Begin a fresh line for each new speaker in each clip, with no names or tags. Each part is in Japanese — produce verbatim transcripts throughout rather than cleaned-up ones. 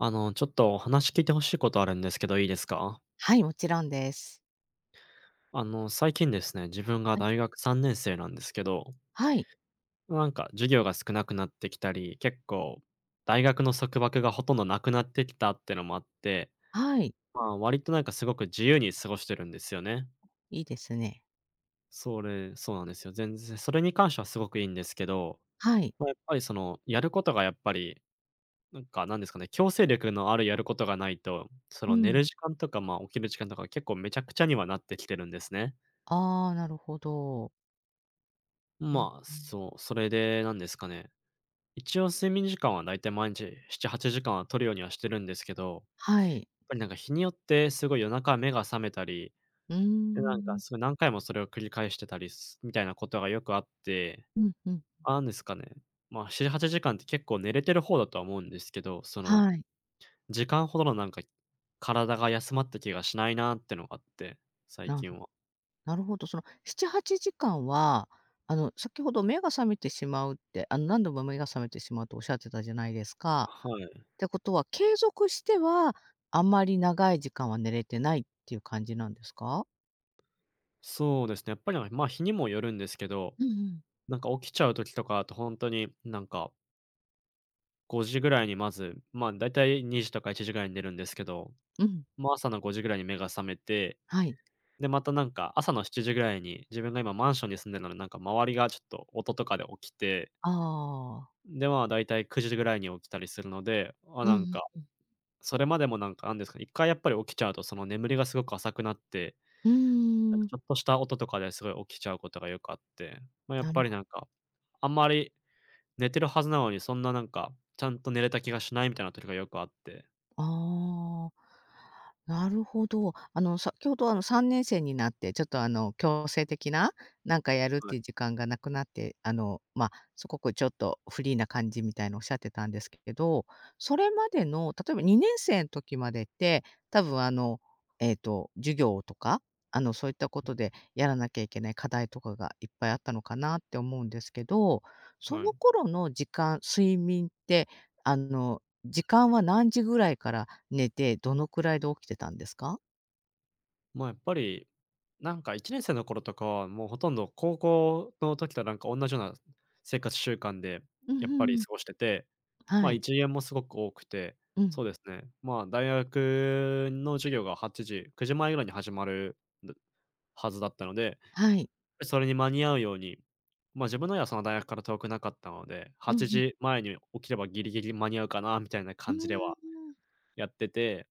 あの、ちょっとお話聞いてほしいことあるんですけど、いいですか？
はい、もちろんです。
あの、最近ですね、自分が
は
大
い、
学さんねん生なんですけど、
はい、
なんか授業が少なくなってきたり、結構大学の束縛がほとんどなくなってきたってのもあって、
はい、
まあ、割となんかすごく自由に過ごしてるんですよね。
いいですね。
それそうなんですよ。全然それに関してはすごくいいんですけど、
はい。
まあ、やっぱりその、やることがやっぱり、なんかなんですかね、強制力のあるやることがないと、そ
う
の寝
ん。
る時間とか、まあ、起きる時間とか結構めちゃくちゃにはなってきてるんですね。
ああ、なるほど。うん、
まあ、
うん。
そう、それでなんですかね。一応睡眠時間はだいたい毎日なな、はちじかんは取るようにはしてるんですけど、やっ
はい。
ぱりなんか日によってすごい夜中目が覚めたり、
うー
で、なんか
ん。
すごい何回もそれを繰り返してたりすみたいなことがよくあって、
うんうん。
なんですかね、まあ、なな、はちじかんって結構寝れてる方だとは思うんですけど、その、
はい。
時間ほどのなんか、体が休まった気がしないなってのがあって、最
なる
近
ほ
は。
なるほど。そのなな、はちじかんは、あの、先ほど目が覚めてしまうって、あの、何度も目が覚めてしまうとおっしゃってたじゃないですか。
はい。
ってことは、継続しては、あんまり長い時間は寝れてないっていう感じなんですか？
そうですね。やっぱり、ま、日にもよるんですけど、
うんうん。
なんか起きちゃう時とか、あと本当になんかごじぐらいにまず、ま、だいたいにじとかいちじぐらいに寝るんですけど、
うん、
ま、朝のごじぐらいに目が覚めて、
はい。
で、またなんか朝のしちじぐらいに自分が今マンションに住んでるので、なんか周りがちょっと音とかで起きて、
ああ。
で、まあ、だいたいくじぐらいに起きたりするので、あ、
う
なん
ん
か、
うん。
それまでもなんか、なんですかね、一回やっぱり起きちゃうとその眠りがすごく浅くなって、
う
なん
ー
か
ん。
ちょっとした音とかですごい起きちゃうことがよくあって、まあ、やっ
な
ぱ
る
り
ほ
なんか、あんまり寝てるはずなのに、そんななんか、ちゃんと寝れた気がしないみたいな時がよくあって。
ああ、なるほど。あの、先ほど、あの、さんねん生になって、ちょっと、あの、強制的な、なんかやるっ
は
ていう
い。
時間がなくなって、あの、ま、すごくちょっとフリーな感じみたいなおっしゃってたんですけど、それまでの、例えばにねん生ん時までって、多分、あの、ええと、授業とか、あの、そういったことでやらなきゃいけない課題とかがいっぱいあったのかなって思うんですけど、そ
は
の
い。
頃の時間、睡眠って、あの、時間は何時ぐらいから寝て、どのくらいで起きてたんですか？
まあ、やっぱり、なんかいちねん生の頃とかは、もうほとんど高校の時となんか同じような生活習慣で、
うん
やっ
う
ぱ
ん
り
うん。
過ごしてて、ま
は
あ、
い。
いち限もすごく多くて、
う
そう
ん。
ですね、まあ、大学の授業がはちじ、くじまえぐらいに始まる、んだはずだったので、
はい。
それに間に合うように、ま、自分の家はその大学から遠くなかったので、
うんう
8
ん。
時前に起きればギリギリ間に合うかなみたいな
うー
感じでは
ん。
やってて、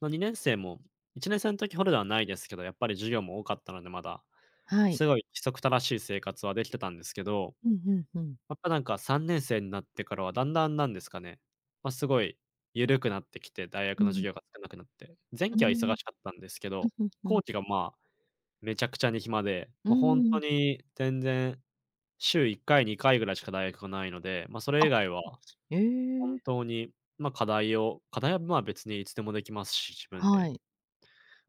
まあ、にねん生もいちねん生の時ほどではないですけど、やっぱり授業も多かったのでまだ、
はい。
すごい規則正しい生活はできてたんですけど、
うんうんうん。
やっぱなんかさんねん生になってからはだんだんなんですかね、まあ、すごい緩くなってきて、大学
う
の授
ん。
業が少なくなって、前
うー
期は忙
ん。うん、
しかったんですけど、
うんうん。
後期がまあ、めちゃくちゃに暇で、
うー
もう本当
ん。
に全然週いっかい、にかいぐらいしか大学がないので、まあ、それ
あ、
以
そ
外は
うなんです。え
本
え、
当に、まあ、課題を課題は、ま、別にいつでもできますし、自分
は
で。
い。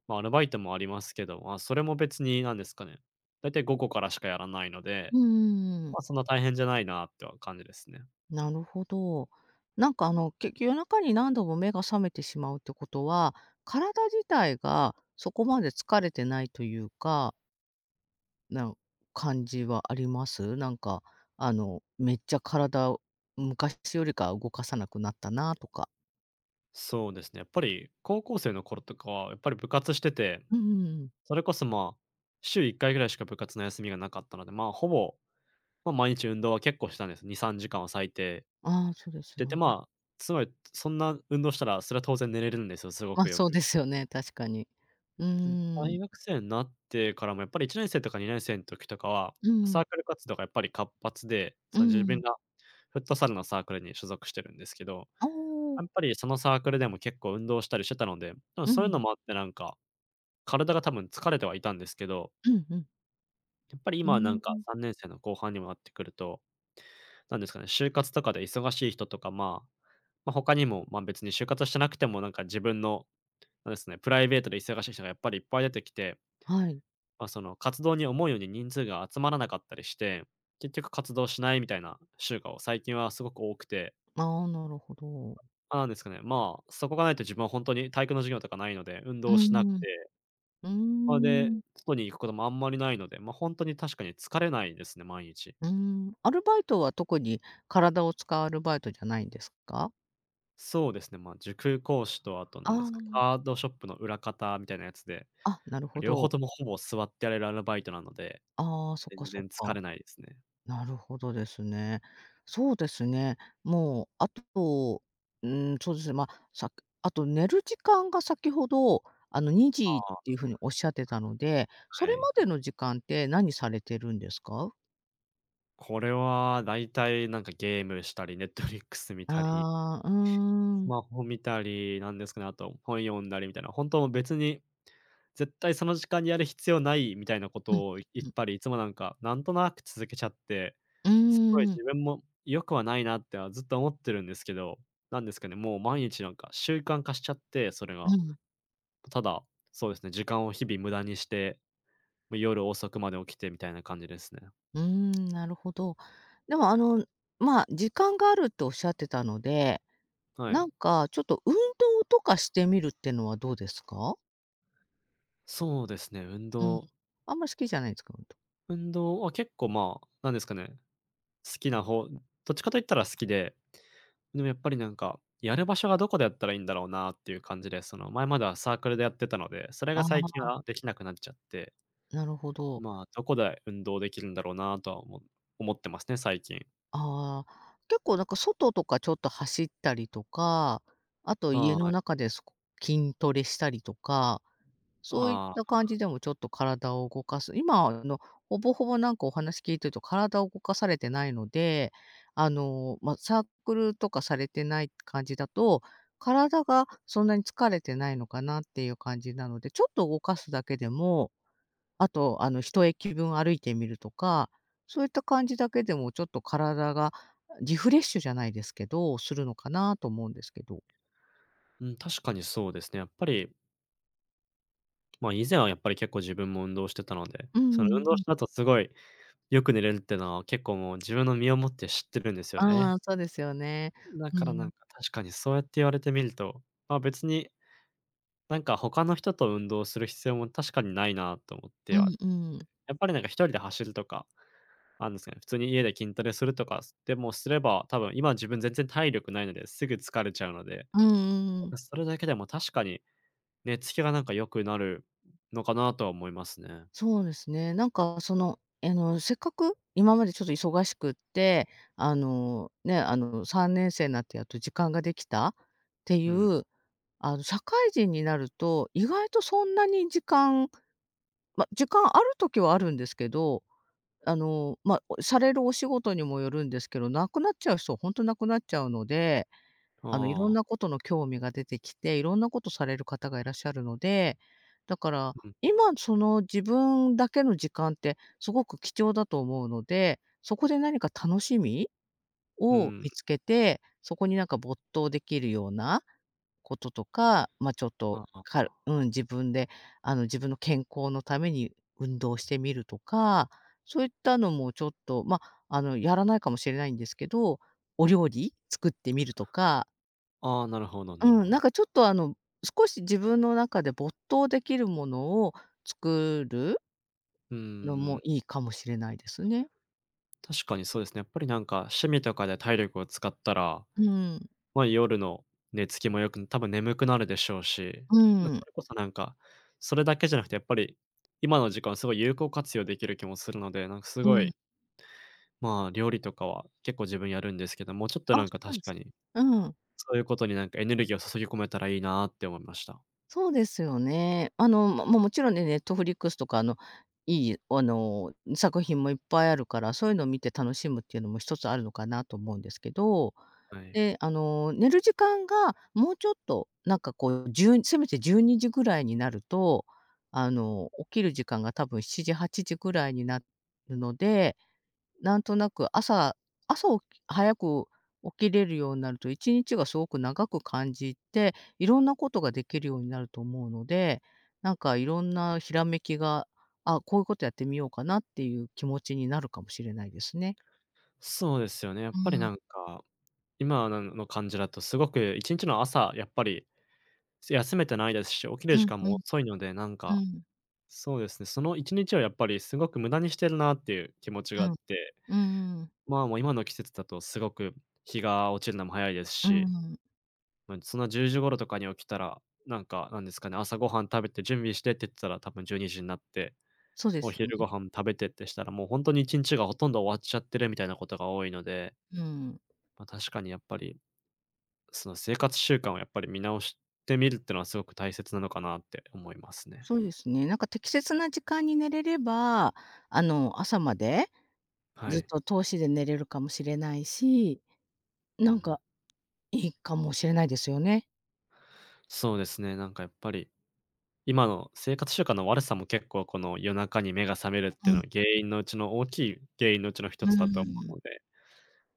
まあ、アルバイトもありますけど、まあ、それも別になんですかね、だいたい午後からしかやらないので、
うんうんう
ま
ん。
あ、そんな大変じゃないなっては感じですね。
なるほど。なんかあの、け夜中に何度も目が覚めてしまうってことは、体自体がそこまで疲れてないというかな感じはあります？なんか、あの、めっちゃ体を昔よりかは動かさなくなったなとか。
そうですね、やっぱり高校生の頃とかはやっぱり部活してて、
うんうんうん。
それこそ、まあ、週いっかいぐらいしか部活の休みがなかったので、まあ、ほぼ、まあ、毎日運動は結構したんです。に、さんじかんは最低。
ああ、そうで
し
す
て
よ
て、
ね。
まあ、つまりそんな運動したら、それは当然寝れるんですよ、すご
ま、
くよ
そう
く。
ですよね、確かに。うー
大
ん、
学生になってからもやっぱりいちねん生とかにねん生の時とかは、
う
サー
ん、
クル活動がやっぱり活発で、
う
その自分
ん。
がフットサルのサークルに所属してるんですけど、
ああ、
やっぱりそのサークルでも結構運動したりしてたので、多分
う
そういうの
ん、
もあってなんか、体が多分疲れてはいたんですけど、
うんうん。
やっぱり
う
今はなん
ー
か
ん、
さんねん生の後半にもなってくると、なんですかね、就活とかで忙しい人とか、まあ、まあ、他にも、ま、別に就活してなくてもなんか自分のそうですね、プライベートで忙しい人がやっぱりいっぱい出てきて、
はい。
まあ、その活動に思うように人数が集まらなかったりして、結局活動しないみたいな週が最近はすごく多くて、
ああ、なるほど。
ま、なんですかね、まあ、そこがないと自分は本当に体育の授業とかないので、運
う
動し
ん
なく
うん。
て、
うー
まあ、で、
ん、
外に行くこともあんまりないので、ま、あ本当に確かに疲れないですね、毎日。
うーん。アルバイトは特に体を使うアルバイトじゃないんですか？
そうですね、ま、塾講師とあと何ですか、
あ
カードショップの裏方みたいなやつで、
あ、あ、なるほ
両方
ど。
ともほぼ座ってやれるアルバイトなので、
ああ、そっか
全
そっ
然疲
か。
れないですね。
なるほどですね。そうですね。もう、あと、うん、そうですね、まあ、さあと寝る時間が先ほど、あの、にじ
あ
っ
あ、
ていうふうにおっしゃってたので、そ
は
れ
い。
までの時間って何されてるんですか？
これは大体なんかゲームしたり、Netflix 見たり、
ああ、うー
ス
ん。
マホ見たりなんですかね、あと本読んだりみたいな、本当別に絶対その時間にやる必要ないみたいなこ
うん
とをいっ
うん。
ぱりいつもなんか、なんとなく続けちゃって、
うー
すごい
ん、
自分も良くはないなってはずっと思ってるんですけど、なんですかね、もう毎日なんか習慣化しちゃって、それ
う
が。
ん、
ただ、そうですね、時間を日々無駄にして、夜遅くまで起きてみたいな感じですね。
うーん、なるほど。でも、あの、まあ、時間があるっておっしゃってたので、
は
な
い。
んかちょっと運動とかしてみるってのはどうですか？
そうですね、運
うん。
動
あんまり好きじゃないんですか？
運動は結構、まあ、なんですかね、好きな方どっちかと言ったら好きで、でもやっぱりなんか、やる場所がどこでやったらいいんだろうなっていう感じで、その、前まではサークルでやってたので、それ
あ
が最近
あ、
はできなくなっちゃって、
なるほど。
まあ、どこで運動できるんだろうなとは思思ってますね、最近。
ああ、結構なんか外とかちょっと走ったりとか、あと家
は
の
い。
中で、こ筋トレしたりとか、そういっ
あ
た
あ、
感じでもちょっと体を動かす今、あの、ほぼほぼなんかお話聞いてると体を動かされてないので、あの、ま、サークルとかされてない感じだと、体がそんなに疲れてないのかなっていう感じなので、ちょっと動かすだけでもあと、あの、一駅分歩いてみるとか、そういった感じだけでもちょっと体がリフレッシュじゃないですけど、するのかなと思うんですけど。
うん、確かにそうですね。やっぱり、まあ、以前はやっぱり結構自分も運動してたので、
うん
そ
う
の運
ん
動
う
し
ん。
た後すごいよく寝れるっていうのは結構もう自分の身をもって知ってるんですよ
あ
ね。
あ、そうですよね。
だ
う
からなん
ん。
か確かにそうやって言われてみると、まあ、別になんか他の人と運動する必要も確かにないなと思っ
う
ては、
んうん。
やっぱりなんか一人で走るとか、あんですかね、普通に家で筋トレするとかでもすれば、多分今自分全然体力ないのですぐ疲れちゃうので、
うんう
な
んう
ん
ん。
かそれだけでも確かに寝つきがなんか良くなるのかなとは思いますね。
そうですね。なんかその、あの、せっかく今までちょっと忙しくって、あの、ね、あの、さんねん生になってやっと時間ができたってい
うん。
う、あの、社会人になると、意外とそんなに時間ま、時間ある時はあるんですけど、あの、ま、おされるお仕事にもよるんですけど、無くなっちゃう人はほんと無くなっちゃうので、あの、いろん
あ
な
あ、
ことの興味が出てきて、いろんなことされる方がいらっしゃるので、だから、
うん、
今その自分だけの時間ってすごく貴重だと思うので、そこで何か楽しみ
う
を
ん。
見つけて、そこになんか没頭できるようなこととか、まあ、ちょっと、
あ
か
あ、
るうん、自分で、あの、自分の健康のために運動してみるとか、そういったのもちょっと、まあ、あの、やらないかもしれないんですけど、お料理作ってみるとか、
ああ、なるほどなる
う
ほ
ん、なん
ど。
かちょっと、あの、少し自分の中で没頭できるものを作る
う
のも
ん、
いいかもしれないですね。
確かにそうですね。やっぱりなんか趣味とかで体力を使ったら、
うん。
まあ、夜の寝つきもよく、多分眠くなるでしょうし、
う
な
ん。
それこそなんか、それだけじゃなくてやっぱり、今の時間すごい有効活用できる気もするので、なんかす
う
ご
ん。
い、まあ、料理とかは結構自分やるんですけど、もうちょっと
あ、
な
そ
んか
うなん
確
で
か
すね。
に、
うん。
そういうことになんかエネルギーを注ぎ込めたらいいなって思いました。
そうですよね。あの、ま、ももちろんね、ネットフリックスとか、あの、いい、あの、作品もいっぱいあるから、そういうのを見て楽しむっていうのも一つあるのかなと思うんですけど、
はい。
で、あの、寝る時間がもうちょっと、なんかこう、1せめてじゅうにじぐらいになると、あの、起きる時間が多分しちじ、はちじぐらいになるのでなんとなく朝朝起き早く起きれるようになると、いちにちがすごく長く感じて、いろんなことができるようになると思うので、なんかいろんなひらめきが、あ、こういうことやってみようかなっていう気持ちになるかもしれないですね。
そうですよね、やっ
う
ぱり
ん、
なんか、今のの感じだとすごく一日の朝、やっぱり、休めてないですし、起きる
う
時
ん
間
う
も
ん
遅いので、なん
う
か
ん
そうですね、そのいちにちをやっぱりすごく無駄にしてるなっていう気持ち
う
があ
ん、
って、
うーん、
まあ、もう今の季節だとすごく日が落ちるのも早いです
うー
し、
ん。
ま、そんなじゅうじ頃とかに起きたら、なんか、なんですかね、朝ごはん食べて準備してって言ってたら多分じゅうにじにじになって、
そうで
お
すよね。
昼ご飯食べてってしたら、もう本当にいちにちがほとんど終わっちゃってるみたいなことが多いので、
うん。
まあ、確かにやっぱり、その生活習慣をやっぱり見直してみるっていうのはすごく大切なのかなって思いますね。
そうですね。なんか適切な時間に寝れれば、あの、朝まで
は
ずっ
い。
と通しで寝れるかもしれないし、
う
なん
ん。
かいいかもしれないですよね。
そうですね、なんかやっぱり今の生活習慣の悪さも結構この夜中に目が覚めるって
う
いうの
ん、
は原因のうちの大きい原因のうちの
う
一
ー
つだと思う
ん。
ので、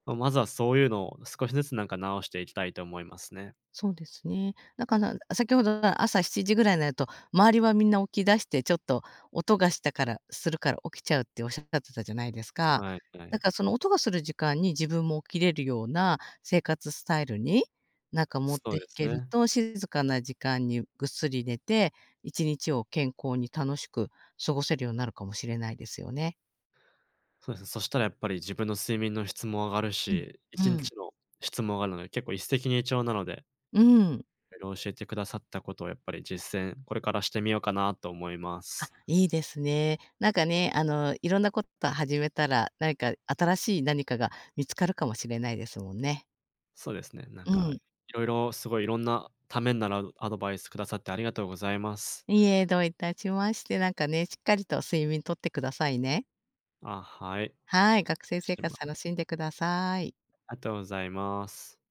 ま、まずはそういうのを少しずつなんか直していきたいと思いますね。
そうですね。だから、先ほど朝しちじぐらいになると、周りはみんな起き出して、ちょっと音がしたからするから起きちゃうっておっしゃってたじゃないですか。
はいは
だ
い。
からその音がする時間に自分も起きれるような生活スタイルに、なんか持っ
そ
て
う
い
です
ける
ね。
と、静かな時間にぐっすり寝て、いちにちを健康に楽しく過ごせるようになるかもしれないですよね。
そうですね。そしたらやっぱり自分の睡眠の質も上がる
うん。
し、1
うん。
日の質も上がるので、結構一石二鳥なので、
うーん。
色々教えてくださったことをやっぱり実践、これからしてみようかなと思いま
あ、
す。
いいですね。なんかね、あの、いろんなこと始めたら、何か新しい何かが見つかるかもしれないですもんね。
そうですね、なん
う
か
ん。
色々すごいいろんなためになるアドバイスくださってありがとうございます。
いえ、どういたしまして、なんかね、しっかりと睡眠とってくださいね。
あ、はい。
はい、学生生
失礼し
活
ま
楽
す
しんでください。
ありがとうございます。